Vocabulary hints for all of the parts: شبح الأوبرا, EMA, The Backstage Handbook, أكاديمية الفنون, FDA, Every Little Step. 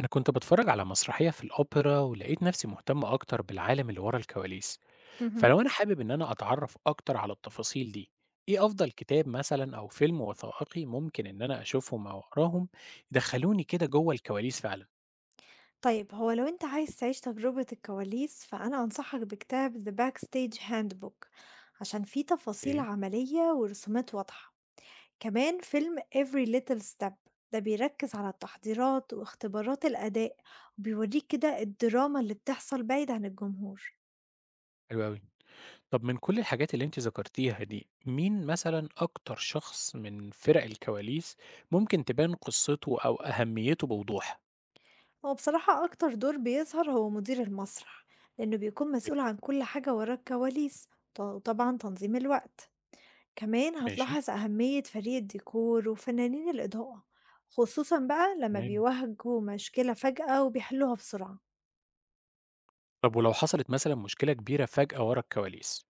أنا كنت بتفرج على مسرحية في الأوبرا ولقيت نفسي مهتم أكتر بالعالم اللي ورا الكواليس، اهم. فلو أنا حابب إن أنا أتعرف أكتر على التفاصيل دي، إيه أفضل كتاب مثلا أو فيلم وثائقي ممكن إن أنا أشوفهم أو أقراهم يدخلوني كده جوه الكواليس فعلا؟ طيب هو لو أنت عايز تعيش تجربة الكواليس فأنا أنصحك بكتاب The Backstage Handbook، عشان فيه تفاصيل إيه؟ عملية ورسومات واضحة. كمان فيلم Every Little Step، ده بيركز على التحضيرات واختبارات الأداء وبيوريك كده الدراما اللي بتحصل بعيد عن الجمهور. حلو أوي. طب من كل الحاجات اللي أنت ذكرتيها دي، مين مثلا أكتر شخص من فرق الكواليس ممكن تبان قصته أو أهميته بوضوح؟ هو بصراحة أكتر دور بيظهر هو مدير المسرح، لأنه بيكون إيه، مسؤول عن كل حاجة ورا الكواليس وطبعا تنظيم الوقت. كمان ماشي. هتلاحظ أهمية فريق الديكور وفنانين الإضاءة، خصوصا بقى لما تمام. بيواجهوا مشكلة فجأة وبيحلوها بسرعة. طب ولو حصلت مثلا مشكلة كبيرة فجأة ورا الكواليس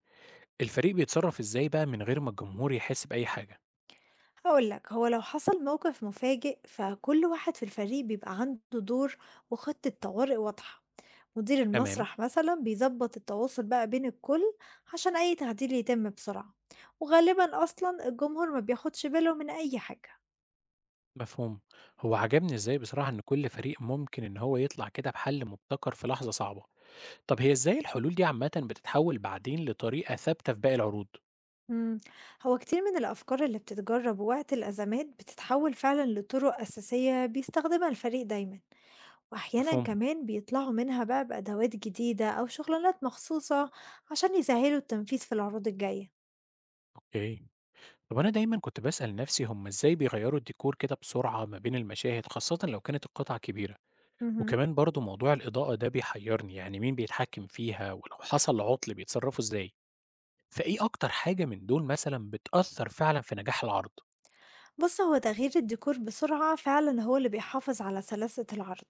الفريق بيتصرف إزاي بقى من غير ما الجمهور يحس بأي حاجة؟ هقولك، هو لو حصل موقف مفاجئ فكل واحد في الفريق بيبقى عنده دور وخطة طوارئ واضحة. مدير تمام. المسرح مثلا بيظبط التواصل بقى بين الكل عشان أي تعديل يتم بسرعة، وغالبا أصلا الجمهور ما بياخدش باله من أي حاجة. مفهوم. هو عجبني إزاي بصراحة إن كل فريق ممكن إن هو يطلع كده بحل مبتكر في لحظة صعبة. طب هي إزاي الحلول دي عامة بتتحول بعدين لطريقة ثابتة في باقي العروض؟ إمم، هو كتير من الأفكار اللي بتتجرب وقت الأزمات بتتحول فعلًا لطرق أساسية بيستخدمها الفريق دايمًا، وأحيانًا مفهوم. كمان بيطلعوا منها بقى بأدوات جديدة أو شغلانات مخصوصة عشان يسهّلوا التنفيذ في العروض الجاية. أوكي. طب أنا دايما كنت بسأل نفسي هم إزاي بيغيروا الديكور كده بسرعة ما بين المشاهد خاصة لو كانت القطعة كبيرة، اهم. وكمان برضو موضوع الإضاءة ده بيحيرني، يعني مين بيتحكم فيها ولو حصل عطل بيتصرفوا إزاي؟ فإيه أكتر حاجة من دول مثلًا بتأثّر فعلًا في نجاح العرض؟ بُص، هو تغيير الديكور بسرعة فعلًا هو اللي بيحافظ على سلاسة العرض،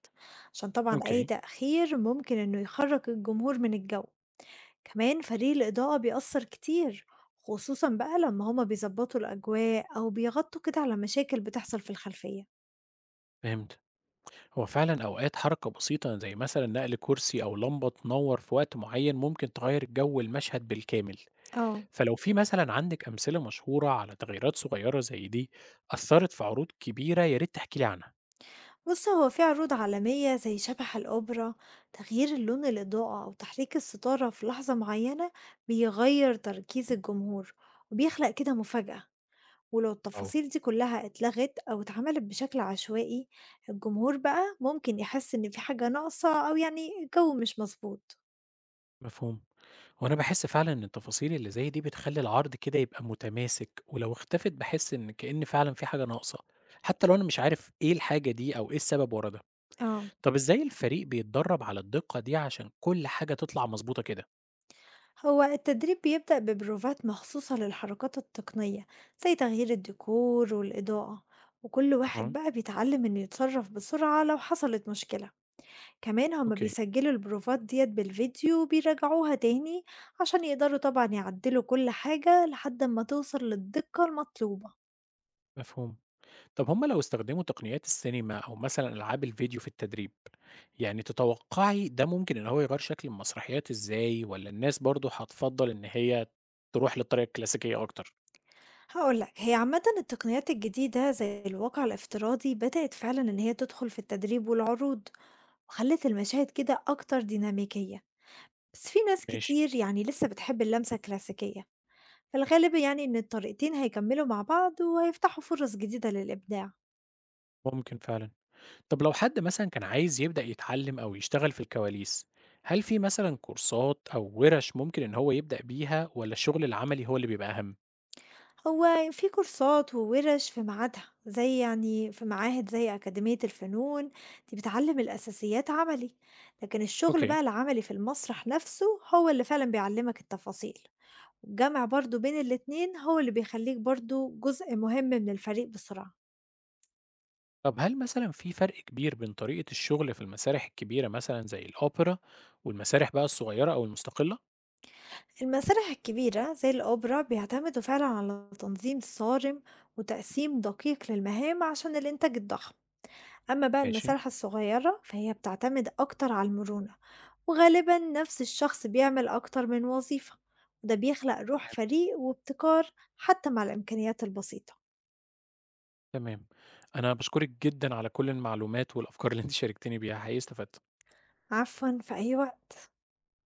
عشان طبعًا أي أوكي. تأخير ممكن إنه يخرّج الجمهور من الجو. كمان فريق الإضاءة بيأثر كتير، خصوصا بقى لما هما بيظبطوا الأجواء أو بيغطوا كده على مشاكل بتحصل في الخلفية. فهمت. هو فعلًا أوقات حركة بسيطة زي مثلًا نقل كرسي أو لمبة تنوّر في وقت معيّن ممكن تغيّر الجو المشهد بالكامل، اه. فلو في مثلًا عندِك أمثلة مشهورة على تغييرات صغيّرة زي دي أثّرت في عروض كبيرة يا ريت تحكي لي عنها. بص، هو في عروض عالمية زي شبح الأوبرا تغيير اللون الإضاءة أو تحريك الستارة في لحظة معينة بيغير تركيز الجمهور وبيخلق كده مفاجأة. ولو آه. التفاصيل دي كلها اتلغت أو اتعملت بشكل عشوائي الجمهور بقى ممكن يحس إن في حاجة ناقصة أو يعني الجو مش مظبوط. مفهوم. هو أنا باحس فعلًا إن التفاصيل اللي زي دي بتخلّي العرض كده يبقى متماسك، ولو اختفت باحس إن كإن فعلًا في حاجة ناقصة، حتّى لو أنا مش عارف إيه الحاجة دي أو إيه السبب ورا ده. اه. طب إزاي الفريق بيتدرب على الدقة دي عشان كل حاجة تطلع مضبوطة كده؟ هو التدريب بيبدأ ببروفات مخصوصة للحركات التقنية زي تغيير الديكور والإضاءة، وكل أها. واحد بقى بيتعلم إنه يتصرف بسرعة لو حصلت مشكلة. كمان هما أوكي. بيسجلوا البروفات ديت بالفيديو وبيراجعوها تاني عشان يقدروا طبعا يعدلوا كل حاجة لحد ما توصل للدقة المطلوبة. مفهوم. طب هم لو استخدموا تقنيات السينما أو مثلا ألعاب الفيديو في التدريب يعني تتوقعي ده ممكن إن هو يغير شكل المسرحيات إزاي ولا الناس برضو هتفضل إن هي تروح للطريقة الكلاسيكية أكتر؟ هقولك، هي عامة التقنيات الجديدة زي الواقع الافتراضي بدأت فعلا إن هي تدخل في التدريب والعروض، وخلت المشاهد كده أكتر ديناميكية. بس في ناس ماشي. كتير يعني لسه بتحب اللمسة الكلاسيكية. في الغالب يعني إن الطريقتين هيكملوا مع بعض وهيفتحوا فرص جديدة للإبداع. ممكن فعلا. طب لو حد مثلا كان عايز يبدأ يتعلم أو يشتغل في الكواليس هل في مثلا كورسات أو ورش ممكن إن هو يبدأ بيها ولا الشغل العملي هو اللي بيبقى أهم؟ هو في كورسات وورش في ميعادها، زي يعني في معاهد زي أكاديمية الفنون، دي بتعلم الأساسيات عملي. لكن الشغل أوكي. بقى العملي في المسرح نفسه هو اللي فعلا بيعلمك التفاصيل. الجمع برضو بين الاتنين هو اللي بيخليك برضو جزء مهم من الفريق بسرعة. طب هل مثلًا في فرق كبير بين طريقة الشغل في المسارح الكبيرة مثلًا زي الأوبرا، والمسارح بقى الصغيرة أو المستقلة؟ المسارح الكبيرة زي الأوبرا بيعتمدوا فعلا على تنظيم صارم وتقسيم دقيق للمهام عشان الإنتاج الضخم. أما بقى ماشي. المسارح الصغيرة فهي بتعتمد أكتر على المرونة، وغالبا نفس الشخص بيعمل أكتر من وظيفة، وده بيخلق روح تمام، فريق وابتكار حتى مع الإمكانيات البسيطة. تمام. أنا باشكرِك جدًا على كل المعلومات والأفكار اللي أنتِ شاركتيني بيها، حقيقي استفدت. عفوا، في أي وقت.